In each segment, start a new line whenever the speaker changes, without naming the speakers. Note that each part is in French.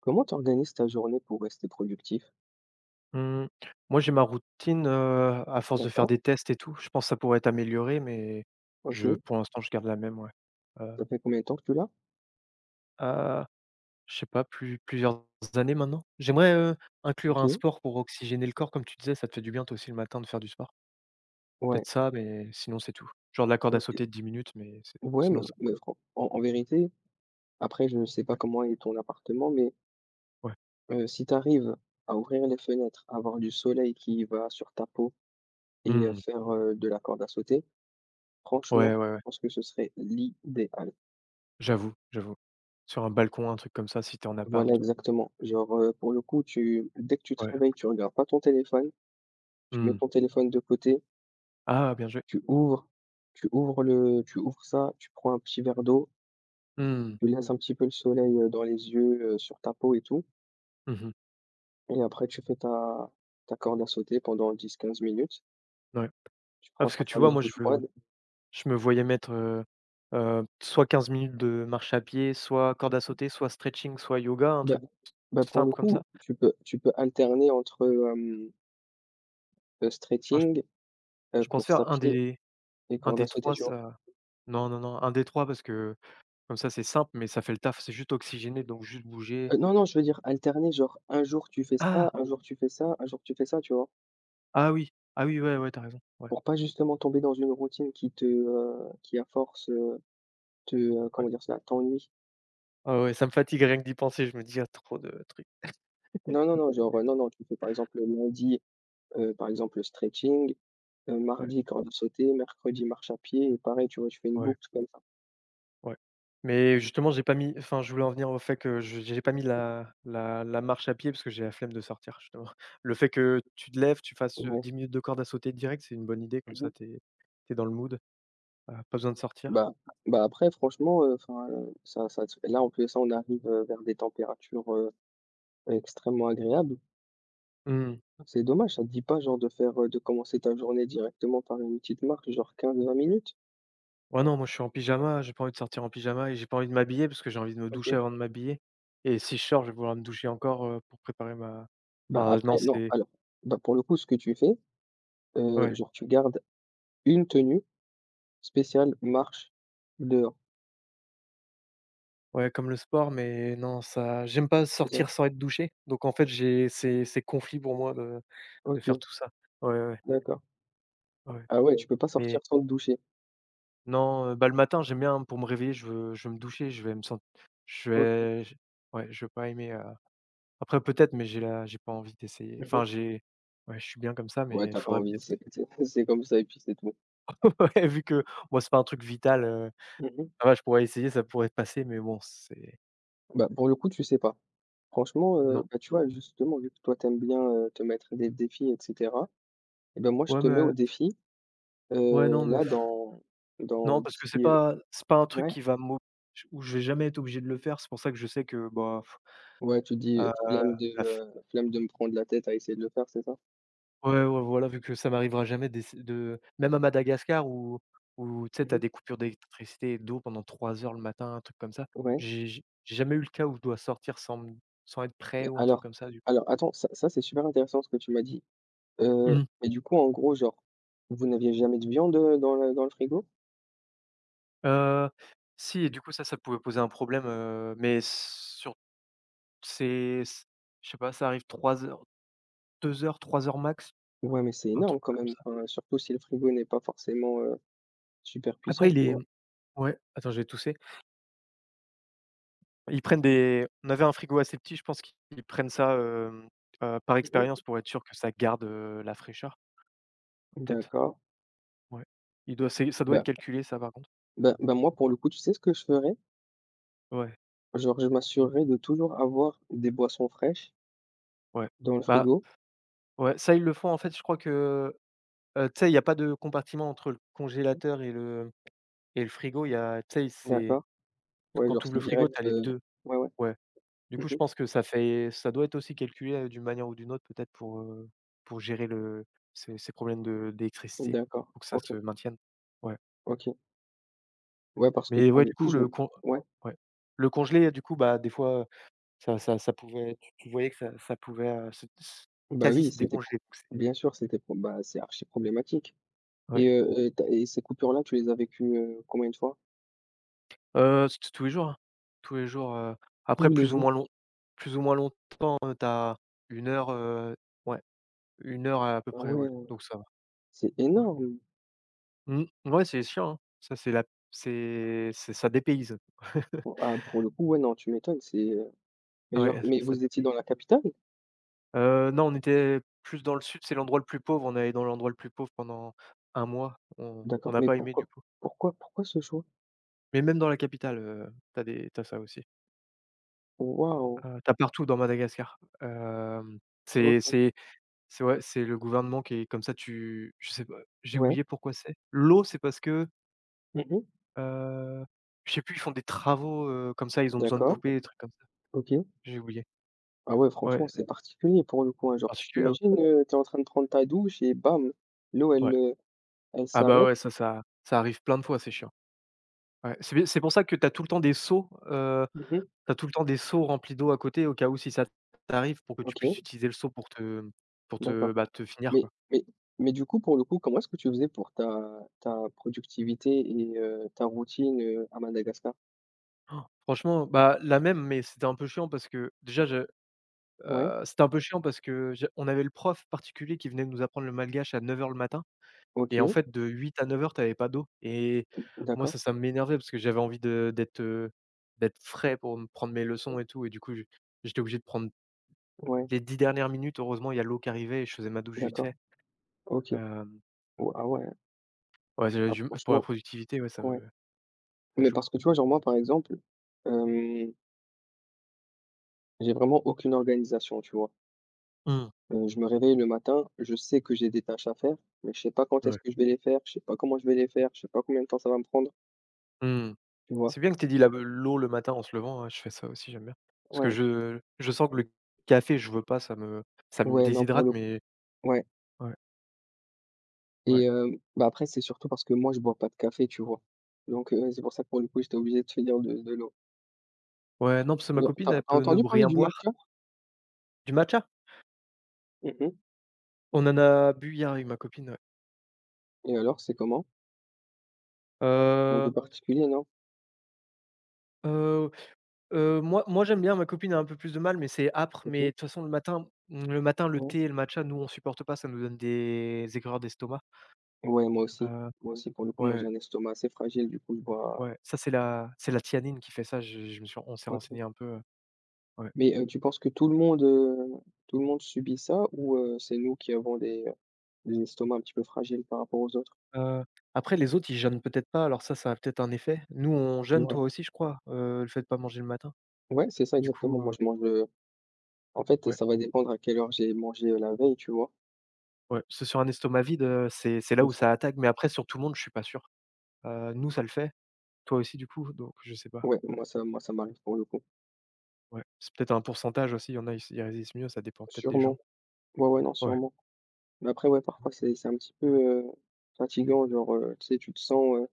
Comment t'organises ta journée pour rester productif?
Mmh, moi, j'ai ma routine, à force de faire
D'accord,
des tests et tout, je pense ça pourrait être amélioré, mais je
OK.
pour l'instant, je garde la même, ouais. Heu,
Ça fait combien de temps que tu l'as?
à Je sais pas, plusieurs années maintenant. J'aimerais, inclure un
OK,
sport pour oxygéner le corps, comme tu disais, ça te fait du bien toi aussi le matin de faire du sport.
ouais,
Peut-être ça, mais sinon c'est tout. Genre de la corde à
OK.
sauter de 10 minutes, mais c'est
Ouais, mais
sinon ça
mais fran en en vérité, après je ne sais pas
ouais,
comment est ton appartement, mais
ouais.
si tu arrives à ouvrir les fenêtres, avoir du soleil qui va sur ta peau et
Mmh.
faire, de la corde à sauter, franchement,
Ouais, ouais,
je
ouais,
pense que ce serait l'idéal.
j'avoue, j'avoue. Sur un balcon, un truc comme ça, si tu es en
Voilà,
appart.
exactement. Genre, pour le coup, tu dès que tu te
Ouais.
réveilles, tu regardes pas ton téléphone, tu mets
Mmh.
ton téléphone de côté.
Ah, bien joué.
Tu ouvres tu ouvres ça, tu prends un petit verre d'eau,
Mmh.
tu laisses un petit peu le soleil, dans les yeux, sur ta peau et tout
Mmh mh.
et après tu fais ta corde à sauter pendant 10 15 minutes.
Ouais.
Tu
Ah,
prends
parce
ta
que tu vois,
fameuse
moi je
douche
veux
froide.
je me voyais mettre, soit 15 minutes de marche à pied, soit corde à sauter, soit stretching, soit yoga, un
Bah
truc
bah, pour le
simple comme
coup,
ça.
tu peux alterner entre,
Enfin,
stretching,
je pense
course à
faire
pied et
un
corde à
des
sauter,
3,
tu vois?
ça non, non, non, un des 3 parce que comme ça, c'est simple, mais ça fait le taf. C'est juste oxygéné, donc juste bouger.
Non, non, je veux dire alterner, genre un jour tu fais ça,
Ah!
un jour tu fais ça, un jour tu fais ça, tu vois?
Ah oui, ah oui, ouais, ouais, t'as raison. Ouais,
Pour pas justement tomber dans une routine qui te, qui à force, te,
ouais.
comment dire cela? T'ennuie.
Ah ouais, ça me fatigue rien que d'y penser. Je me dis: «Il y a trop de trucs».
Non, non, non, genre, non, non, tu fais par exemple, lundi, par exemple, le stretching,
Ouais,
mardi, corde à sauter, mercredi, marche à pied et pareil, tu vois? Tu fais une
ouais.
boucle comme ça.
Ouais. Mais justement, j'ai pas mis enfin, je voulais en venir au fait que je j'ai pas mis la marche à pied parce que j'ai la flemme de sortir, justement. Le fait que tu te lèves, tu fasses,
Ouais.
10 minutes de corde à sauter direct, c'est une bonne idée, comme
Mmh
ça,
mh.
T'es es dans le mood, pas besoin de sortir.
Bah bah, après franchement, enfin, ça te là, en plus de ça, on arrive, vers des températures, extrêmement agréables.
Mmh.
C'est dommage, ça te dit pas genre de faire, de commencer ta journée directement par une petite marche, genre 15 20 minutes?
Ouais, non, moi, je suis en pyjama, j'ai pas envie de sortir en pyjama et j'ai pas envie de m'habiller parce que j'ai envie de me doucher
OK.
avant de m'habiller et si je sors, je vais vouloir me doucher encore, pour préparer ma
Bah,
enfin, non,
après non,
c'est
alors, bah, pour le coup, ce que tu fais,
ouais.
genre tu gardes une tenue spécial marche dehors,
Ouais, comme le sport, mais non, ça j'aime pas
c'est ça?
sortir sans être douché, donc en fait, j'ai c'est conflit pour moi de
OK,
faire tout ça. Ouais, ouais,
d'accord.
ouais, ouais,
Ah ouais, tu peux pas sortir
mais
sans te doucher?
non, bah, le matin, j'aime bien hein, pour me réveiller, je veux me doucher, je vais me sentir. Je
OK.
vais j Ouais, je vais pas aimer, après peut-être, mais j'ai pas envie d'essayer. Enfin,
Mmh.
j'ai Ouais, je suis bien comme ça,
Ouais,
mais il
t'as pas
faudrait
envie,
peut-être
c'est
essayer.
c'est comme ça et puis c'est tout.
Ouais, vu que moi, c'est pas un truc vital,
Mmh.
ça va, je pourrais essayer, ça pourrait passer, mais bon, c'est
Bah, pour le coup, tu sais pas. Franchement,
non.
bah, tu vois, justement, vu que toi, t'aimes bien, te mettre des défis et cetera, et ben, moi, je
Ouais,
te mets au
mais
défi,
ouais, non, mais
là, dans
non, parce que
d'ici,
c'est pas un truc
ouais?
qui va m'ob où je vais jamais être obligé de le faire. C'est pour ça que je sais que, bah,
Ouais, tu dis:
heu,
«Flemme de,
la f
heu, flemme de me prendre la tête à essayer de le faire», c'est ça?
ouais, ouais, ouais, voilà, vu que ça m'arrivera jamais d'ess de même à Madagascar où tu sais, tu as
Mmh.
des coupures d'électricité et d'eau pendant 3 heures le matin, un truc comme ça.
Ouais,
J'ai jamais eu le cas où je dois sortir sans me sans être
mais
prêt ou un truc
alors
comme ça du
alors attends, ça, c'est super intéressant ce que tu m'as dit. Heu,
Mmh.
mais du coup, en gros, genre, vous n'aviez jamais de viande, dans le frigo?
Heu, Si, et du coup ça, ça pouvait poser un problème, mais sur c'est c je sais pas, ça arrive 3 heures, 2 heures, 3 heures max,
Ouais, mais c'est
un truc
énorme quand
comme
même,
ça.
enfin, surtout si le frigo n'est pas forcément, super
Après
puissant,
il
tu
est
vois?
Ouais, attends, je vais tousser. Ils prennent des On avait un frigo assez petit, je pense qu'ils prennent ça, par
Mmh.
expérience pour être sûr que ça garde, la fraîcheur, peut-être?
D'accord.
Ouais. Il doit C'est ça doit
Bah
être calculé ça par contre.
bah, moi, pour le coup, tu sais ce que je ferais?
Ouais,
Genre, je
non,
m'assurerais de toujours avoir des boissons fraîches
ouais.
dans le
Bah,
frigo,
ouais, ça ils le font en fait, tu sais, il y a pas de compartiment entre le congélateur et le frigo, il y a tu sais, c'est
d'accord? Ouais,
quand
genre,
tu ouvres
c'est
le frigo,
direct,
tu as les 2.
ouais, ouais.
Ouais. Du coup, je
Mmh.
pense que ça doit être aussi calculé, d'une manière ou d'une autre peut-être pour, gérer le ces ces problèmes de d'électricité,
D'accord.
pour que ça
OK,
se maintienne. Ouais.
OK. Ouais, parce que
Mais
pour
ouais,
le
du
coup,
coup,
je
le con
ouais,
ouais. Le congelé, du coup, bah, des fois, ça ça ça pouvait tu tu voyais que ça pouvait, se s
bah
quasi
oui,
se
c'était pro
décongeler, donc c'est
bien sûr, c'était pro bah, c'est archi problématique.
ouais.
Et tu as et ces coupures-là, tu les as vécues, combien de fois?
C Tous les jours, hein. Tous les jours, après
Tous les
plus ou moins
jours?
long plus ou moins longtemps, tu as 1 heure, ouais, 1 heure à peu
Ah
près, ouais,
ouais,
donc ça va,
c'est
ouais.
énorme!
Mmh, ouais, c'est chiant, hein. Ça, c'est la C'est ça dépayse.
Bon, ah, pour le coup, ouais, non, tu m'étonnes, c'est, mais
Ah
genre
ouais,
mais
ça
vous étiez
dépayse.
dans la capitale?
Non, on était plus dans le sud, c'est l'endroit le plus pauvre. On est allé dans l'endroit le plus pauvre pendant un mois. On
D'accord,
n'a
mais
pas aimé du
pourquoi
coup.
pourquoi pourquoi ce choix?
Mais même dans la capitale, tu des t'as ça aussi.
Waouh!
Tu Partout dans Madagascar. Hem, c'est
OK.
c'est c'est ouais, c'est le gouvernement qui est comme ça. Tu Je sais pas, j'ai
Ouais.
oublié pourquoi c'est. L'eau, c'est parce que,
Mmh mh.
heu, je sais plus, ils font des travaux, comme ça, ils ont besoin de
D'accord.
couper, des trucs comme ça.
OK.
J'ai oublié.
Ah ouais,
Ouais,
franchement,
c'est
c'est particulier pour le coup, hein. Genre, tu
particulier, hein?
t'imagines, tu es en train de prendre ta douche et bam, l'eau elle,
Ouais.
heu, elle
Ah bah,
s'arrête.
ouais, ça arrive plein de fois, c'est chiant. C'est pour ça que tu as tout le temps des seaux,
Mmh mh.
tu tout le temps des seaux remplis d'eau à côté au cas où si ça t'arrive pour que tu
OK,
puisses utiliser le seau pour te,
d'accord.
bah, te finir,
Mais
quoi.
mais mais du coup, pour le coup, comment est-ce que tu faisais pour ta productivité et ta routine, à Madagascar?
Franchement, bah, la même, mais c'était un peu chiant parce que déjà je
Ouais,
c'était un peu chiant parce que je on avait le prof particulier qui venait nous apprendre le malgache à 9 heures le matin et
OK,
en fait de 8 à 9 heures t'avais pas d'eau et moi
d'accord.
ça m'énervait parce que j'avais envie de d'être, d'être frais pour me prendre mes leçons et tout et du coup, je j'étais obligé de prendre
Ouais,
les 10 dernières minutes, heureusement, il y a l'eau qui arrivait et je faisais ma douche vite
d'accord,
fait.
OK.
Hem,
Ou Ah ouais,
ouais, j'avais
ah
du pour la
franchement,
productivité, ouais,
ouais.
ça
Mais
joue.
parce que tu vois, genre moi, par exemple, hem, j'ai vraiment aucune organisation, tu vois?
Mmh,
Je me réveille le matin, je sais que j'ai des tâches à faire, mais je sais pas quand est-ce
ouais,
que je vais les faire, je sais pas comment je vais les faire, je sais pas combien de temps ça va me prendre,
mmh.
tu vois?
C'est bien que tu aies dit la l'eau le matin en se levant, ouais, je fais ça aussi, j'aime bien. Parce que
Ouais,
je sens que le café, je veux pas, ça me
ouais, non, pour
déshydrate,
le
mais
ouais.
ouais, ouais.
Et bah, après, c'est surtout parce que moi, je bois pas de café, tu vois? Donc c'est pour ça que pour le coup, j'étais obligé de finir de l'eau.
Ouais, non, parce que ma copine,
Tu
elle peut ne
entendu parler
rien
du
boire.
matcha?
Du matcha?
Mmh.
On en a bu hier avec ma copine, ouais.
Et alors, c'est comment? Un goût
Heu,
particulier, non?
heu Moi j'aime bien, ma copine a un peu plus de mal, mais c'est âpre, mais de
OK.
toute façon le matin mmh, le matin, le
Ouais.
thé et le matcha, nous on supporte pas, ça nous donne des aigreurs d'estomac.
Ouais, moi aussi.
Heu,
Moi aussi, pour le coup, moi, j'ai
ouais,
un estomac assez fragile, du coup, je bois.
ouais, ça c'est la thianine qui fait ça, je me suis on s'est
OK.
renseigné un peu, ouais.
Mais tu penses que tout le monde subit ça ou c'est nous qui avons des estomacs un petit peu fragiles par rapport aux autres?
Heu, Après les autres, ils jeûnent peut-être pas, alors ça a peut-être un effet. Nous, on
C'est
jeûne,
vrai.
toi aussi je crois, le fait de pas manger le matin.
Ouais, c'est ça
Du
exactement.
coup,
Moi,
heu,
je mange, en fait,
ouais,
ça va dépendre à quelle heure j'ai mangé la veille, tu vois?
ouais, c'est sur un estomac vide, c'est là où ça attaque, mais après sur tout le monde, je suis pas sûr. Nous ça le fait, toi aussi du coup, donc je sais pas.
Ouais, moi ça m'arrive pour le coup.
Ouais, c'est peut-être un pourcentage aussi, il y en a, ils résistent mieux, ça dépend peut-être des
Sûrement.
gens.
Ouais, ouais, non,
Ouais,
sûrement. Mais après, ouais, parfois c'est un petit peu, fatigant, genre, tu sais, tu te sens, heu,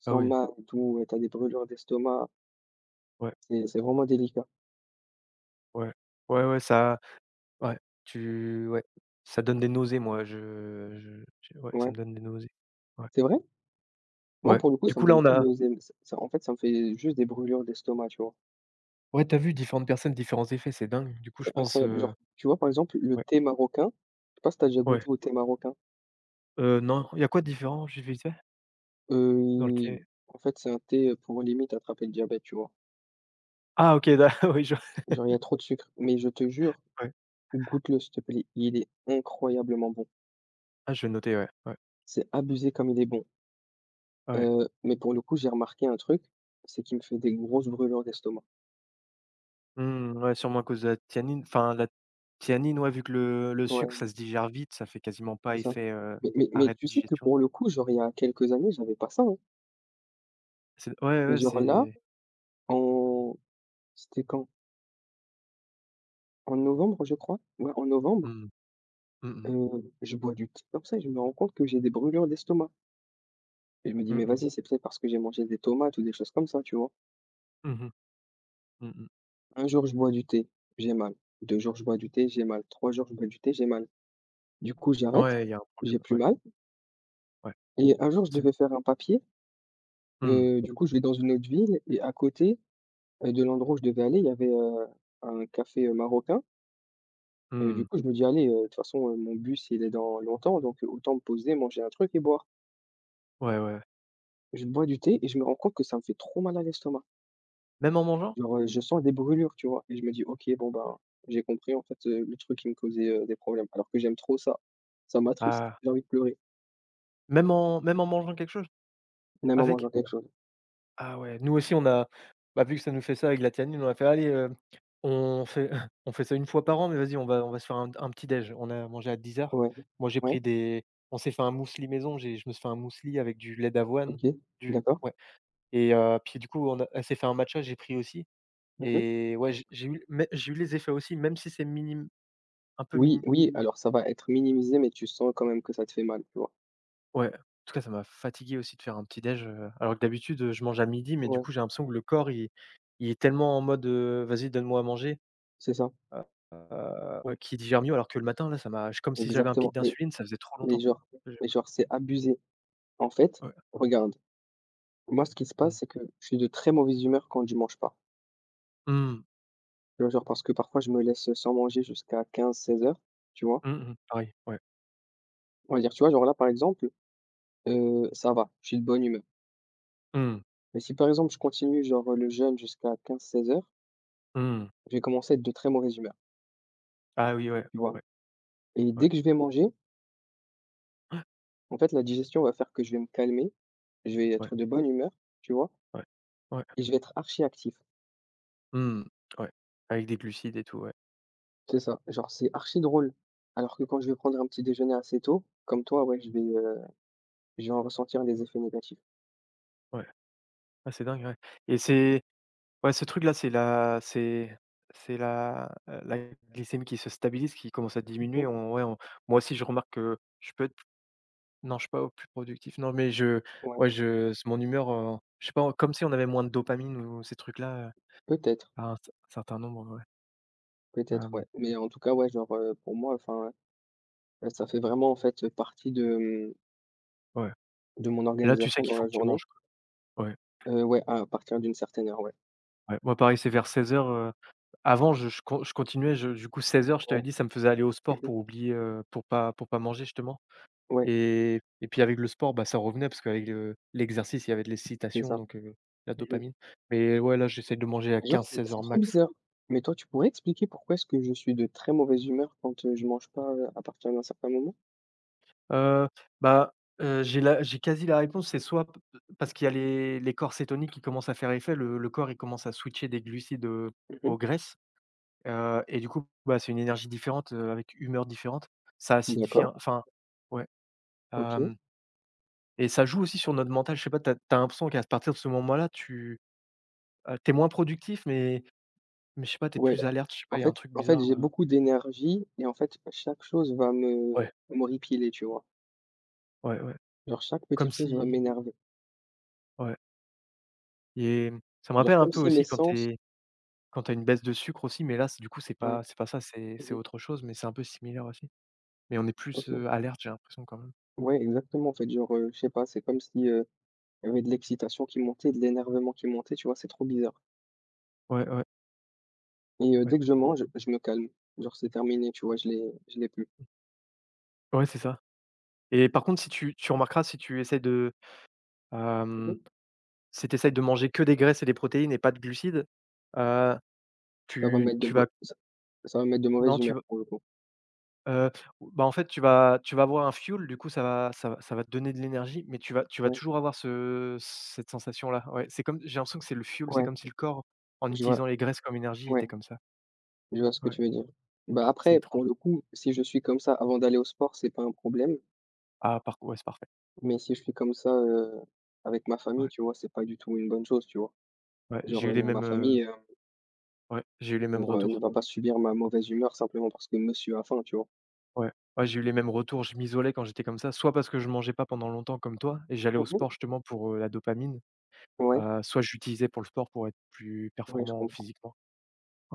tu te
ah
sens
oui,
mal et tout, tu des brûlures d'estomac.
ouais,
C'est vraiment délicat.
ouais, ouais, ouais, ça ouais, tu ouais, ça donne des nausées, moi, je ouais, ça
Ouais.
me donne des nausées. Ouais,
C'est vrai? Moi,
ouais.
pour le coup,
Du
ça me
coup, là,
donne
on
pas de
a
nausées, mais ça en fait, ça me fait juste des brûlures d'estomac, tu vois?
Ouais, tu as vu différentes personnes, différents effets, c'est dingue. Du coup, je
C'est
pense,
incroyable. Genre, tu vois, par exemple, le
ouais,
thé marocain, je sais pas si t'as déjà
ouais,
goûté au thé marocain?
non, il y a quoi de différent, juste vite fait? Dans le thé?
Il en fait, c'est un thé, pour limite attraper le diabète, tu vois?
Ah OK, d'a oui, je
Genre, il y a trop de sucre. Mais je te jure,
ouais.
goûte-le, s'il te plaît. Il est incroyablement bon.
Ah, je vais noter, ouais, ouais,
C'est abusé comme il est bon.
ouais.
Mais pour le coup, j'ai remarqué un truc, c'est qu'il me fait des grosses brûlures d'estomac.
Mmh, ouais, sûrement à cause de la tianine. Enfin, la tianine, ouais, vu que le sucre,
Ouais,
ça se digère vite, ça fait quasiment pas
c'est ça.
effet,
Mais
arrêt de
tu sais que
digestion.
pour le coup, genre, il y a quelques années, j'avais pas ça, hein.
C'est Ouais,
Mais
ouais,
genre là,
c'est
en c'était quand? En novembre, je crois. Ouais, en novembre,
mmh, mmh mh.
je bois du thé comme ça et je me rends compte que j'ai des brûlures d'estomac. Et je me dis:
Mmh
«Mais
mh.
vas-y, c'est peut-être parce que j'ai mangé des tomates ou des choses comme ça», tu vois?
Mmh mh. Mmh mmh.
Un jour, je bois du thé, j'ai mal. 2 jours, je bois du thé, j'ai mal. 3 jours, je bois du thé, j'ai mal. Du coup, j'arrête,
Ouais, il y a un
j'ai
problème,
plus
ouais,
mal
ouais.
et un jour, je
C'est
devais faire un papier.
mmh,
Du coup, je vais dans une autre ville et à côté, de l'endroit où je devais aller, il y avait, un café, marocain et du
mmh.
coup, je me dis: «Allez, de toute façon, mon bus, il est dans longtemps donc autant me poser, manger un truc et boire».
Ouais, ouais.
Je bois du thé et je me rends compte que ça me fait trop mal à l'estomac.
Même en mangeant?
Genre, je sens des brûlures, tu vois? Et je me dis: «OK, bon, ben, j'ai compris, en fait, le truc qui me causait, des problèmes». Alors que j'aime trop ça. Ça m'attriste,
Ah,
j'ai envie de pleurer,
même en mangeant quelque chose?
même en
Avec?
mangeant quelque chose.
Ah ouais, nous aussi on a bah, vu que ça nous fait ça avec la tianine, on a fait: «Allez, on fait on fait ça une fois par an, mais vas-y on va se faire un petit déj». On a mangé à 10 heures.
Ouais.
Moi j'ai
Ouais,
pris des. On s'est fait un muesli maison, j'ai je me suis fait un muesli avec du lait d'avoine,
OK,
du
d'accord.
ouais. Et puis du coup on a elle s'est fait un matcha, j'ai pris aussi.
Mmh.
Et ouais, j'ai eu les effets aussi, même si c'est minime, un peu
Oui,
mini,
oui, alors ça va être minimisé, mais tu sens quand même que ça te fait mal, tu vois?
ouais. En tout cas ça m'a fatigué aussi de faire un petit déj, alors que d'habitude, je mange à midi, mais du
Ouais,
coup j'ai l'impression que le corps il est tellement en mode, «Vas-y donne-moi à manger».
c'est ça,
Ouais, qui digère mieux, alors que le matin, là, ça m'a j comme si j'avais un pic
exactement.
d'insuline, ça faisait trop
Mais
longtemps.
genre
Je
mais genre, c'est abusé. En fait,
ouais.
regarde, moi, ce qui se passe,
Mmh.
c'est que je suis de très mauvaise humeur quand je mange pas.
Mmh.
Tu vois? Genre, parce que parfois, je me laisse sans manger jusqu'à 15-16 heures. Tu vois?
Mmh mh. Pareil, ouais.
On va dire, tu vois, genre là, par exemple, ça va, je suis de bonne humeur.
Mmh.
Mais si, par exemple, je continue, genre, le jeûne jusqu'à 15-16 heures,
Mmh.
je vais commencer à être de très mauvaise humeur,
Ah oui, ouais.
tu vois?
Ouais,
Et
ouais,
dès que je vais manger, en fait, la digestion va faire que je vais me calmer, je vais
ouais,
être de bonne humeur, tu vois?
ouais. Ouais.
Et je vais être archi actif.
Mmh. Ouais. Avec des glucides et tout, ouais.
C'est ça, genre, c'est archi drôle. Alors que quand je vais prendre un petit déjeuner assez tôt, comme toi, ouais, je vais en ressentir des effets négatifs.
Ouais. Ah, c'est dingue, ouais. Et c'est ouais, ce truc-là, c'est la glycémie qui se stabilise, qui commence à diminuer.
Mmh.
On ouais, on moi aussi, je remarque que je peux. Non, je suis pas au plus productif. Non, mais je
Ouais,
ouais, je c'est mon humeur, je sais pas, comme si on avait moins de dopamine ou ces trucs-là,
peut-être,
à un certain nombre, ouais.
peut-être, ouais.
Hem,
Mais en tout cas, ouais, genre, pour moi, enfin, ça fait vraiment, en fait, partie de, mmh,
ouais.
de mon
Et là, tu sais
organisation
qu'il
dans
faut
la
que tu
journée.
manges, quoi. Ouais,
Ouais, à partir d'une certaine heure, ouais.
ouais. Moi, pareil, c'est vers 16:00, avant, je continuais, je du coup, 16 heures, je t'avais
Ouais.
dit, ça me faisait aller au sport
Mmh.
pour oublier, pour pas manger, justement.
Ouais,
Et puis avec le sport, bah, ça revenait parce qu'avec le l'exercice, il y avait de
c'est
l'excitation,
ça.
donc la
Mmh.
dopamine. Mais ouais, là, j'essaie de manger à
Genre,
quinze
c'est
seize
c'est
heures
trop
max.
bizarre. Mais toi, tu pourrais expliquer pourquoi est-ce que je suis de très mauvaise humeur quand, je mange pas, à partir d'un certain moment?
Heu, bah, j'ai quasi la réponse, c'est soit p parce qu'il y a les corps cétoniques qui commencent à faire effet, le corps, il commence à switcher des glucides,
Mmh.
aux graisses, et du coup, bah, c'est une énergie différente, avec humeur différente. Ça acidifie
D'accord,
un enfin, ouais,
OK.
hem et ça joue aussi sur notre mental. Je sais pas, tu as l'impression qu'à partir de ce moment-là, tu, tu es moins productif, mais je sais pas, tu es
Ouais,
plus alerte, je sais
en
pas, il y a un
fait
truc
en fait,
bizarre,
j'ai beaucoup d'énergie et en fait, chaque chose va me
ouais,
m'horripiler, tu vois?
ouais, ouais.
Genre, chaque
Comme
petite chose va
si
m'énerver.
ouais et ça me
Genre,
rappelle un
comme
peu
si mes
aussi quand tu
sens
es. Quand tu as une baisse de sucre aussi, mais là, c'est du coup,
ouais.
c'est pas ça, c'est
Mmh.
autre chose, mais c'est un peu similaire aussi. Mais on est plus,
OK.
alerte, j'ai l'impression quand même.
Ouais, exactement, en fait, genre, je sais pas, c'est comme si, il y avait de l'excitation qui montait, de l'énervement qui montait, tu vois? C'est trop bizarre
Ouais, ouais,
et
ouais.
dès que je mange, je me calme. Genre, c'est terminé, tu vois? Je l'ai plus.
Ouais, c'est ça. Et par contre, si tu remarqueras, si tu essaies de, hem,
Mmh.
si tu de manger que des graisses et des protéines et pas de glucides, heu,
Ça va
tu
mettre de bo
vas
ça ça va mettre de mauvaise
non, tu
humeur
vas,
pour le coup.
heu, bah, en fait, tu vas avoir un fuel, du coup, ça va ça va te donner de l'énergie, mais tu vas
Ouais,
toujours avoir ce cette sensation-là. Ouais, c'est comme j'ai l'impression que c'est le fuel, c'est
ouais,
comme si le corps, en
je vois,
utilisant les graisses comme énergie,
ouais,
était comme ça.
je vois ce que
Ouais.
tu veux dire. Bah,
C'est
après,
étrange.
pour le coup, si je suis comme ça avant d'aller au sport, c'est pas un problème,
Ah par co ouais, c'est parfait.
mais si je suis comme ça, avec ma famille,
Ouais,
tu vois, c'est pas du tout une bonne chose, tu vois?
ouais,
Genre,
j'ai eu les
ma
mêmes,
famille,
ouais, j'ai eu les
elle
mêmes
va ne
retours.
va pas subir ma mauvaise humeur simplement parce que monsieur a faim, tu vois?
Ouais, ouais, j'ai eu les mêmes retours. Je m'isolais quand j'étais comme ça, soit parce que je mangeais pas pendant longtemps comme toi et j'allais au sport
Mmh.
justement pour, la dopamine,
Ouais,
soit je l'utilisais pour le sport pour être plus
ouais, je
performant
comprends.
physiquement. Ouais.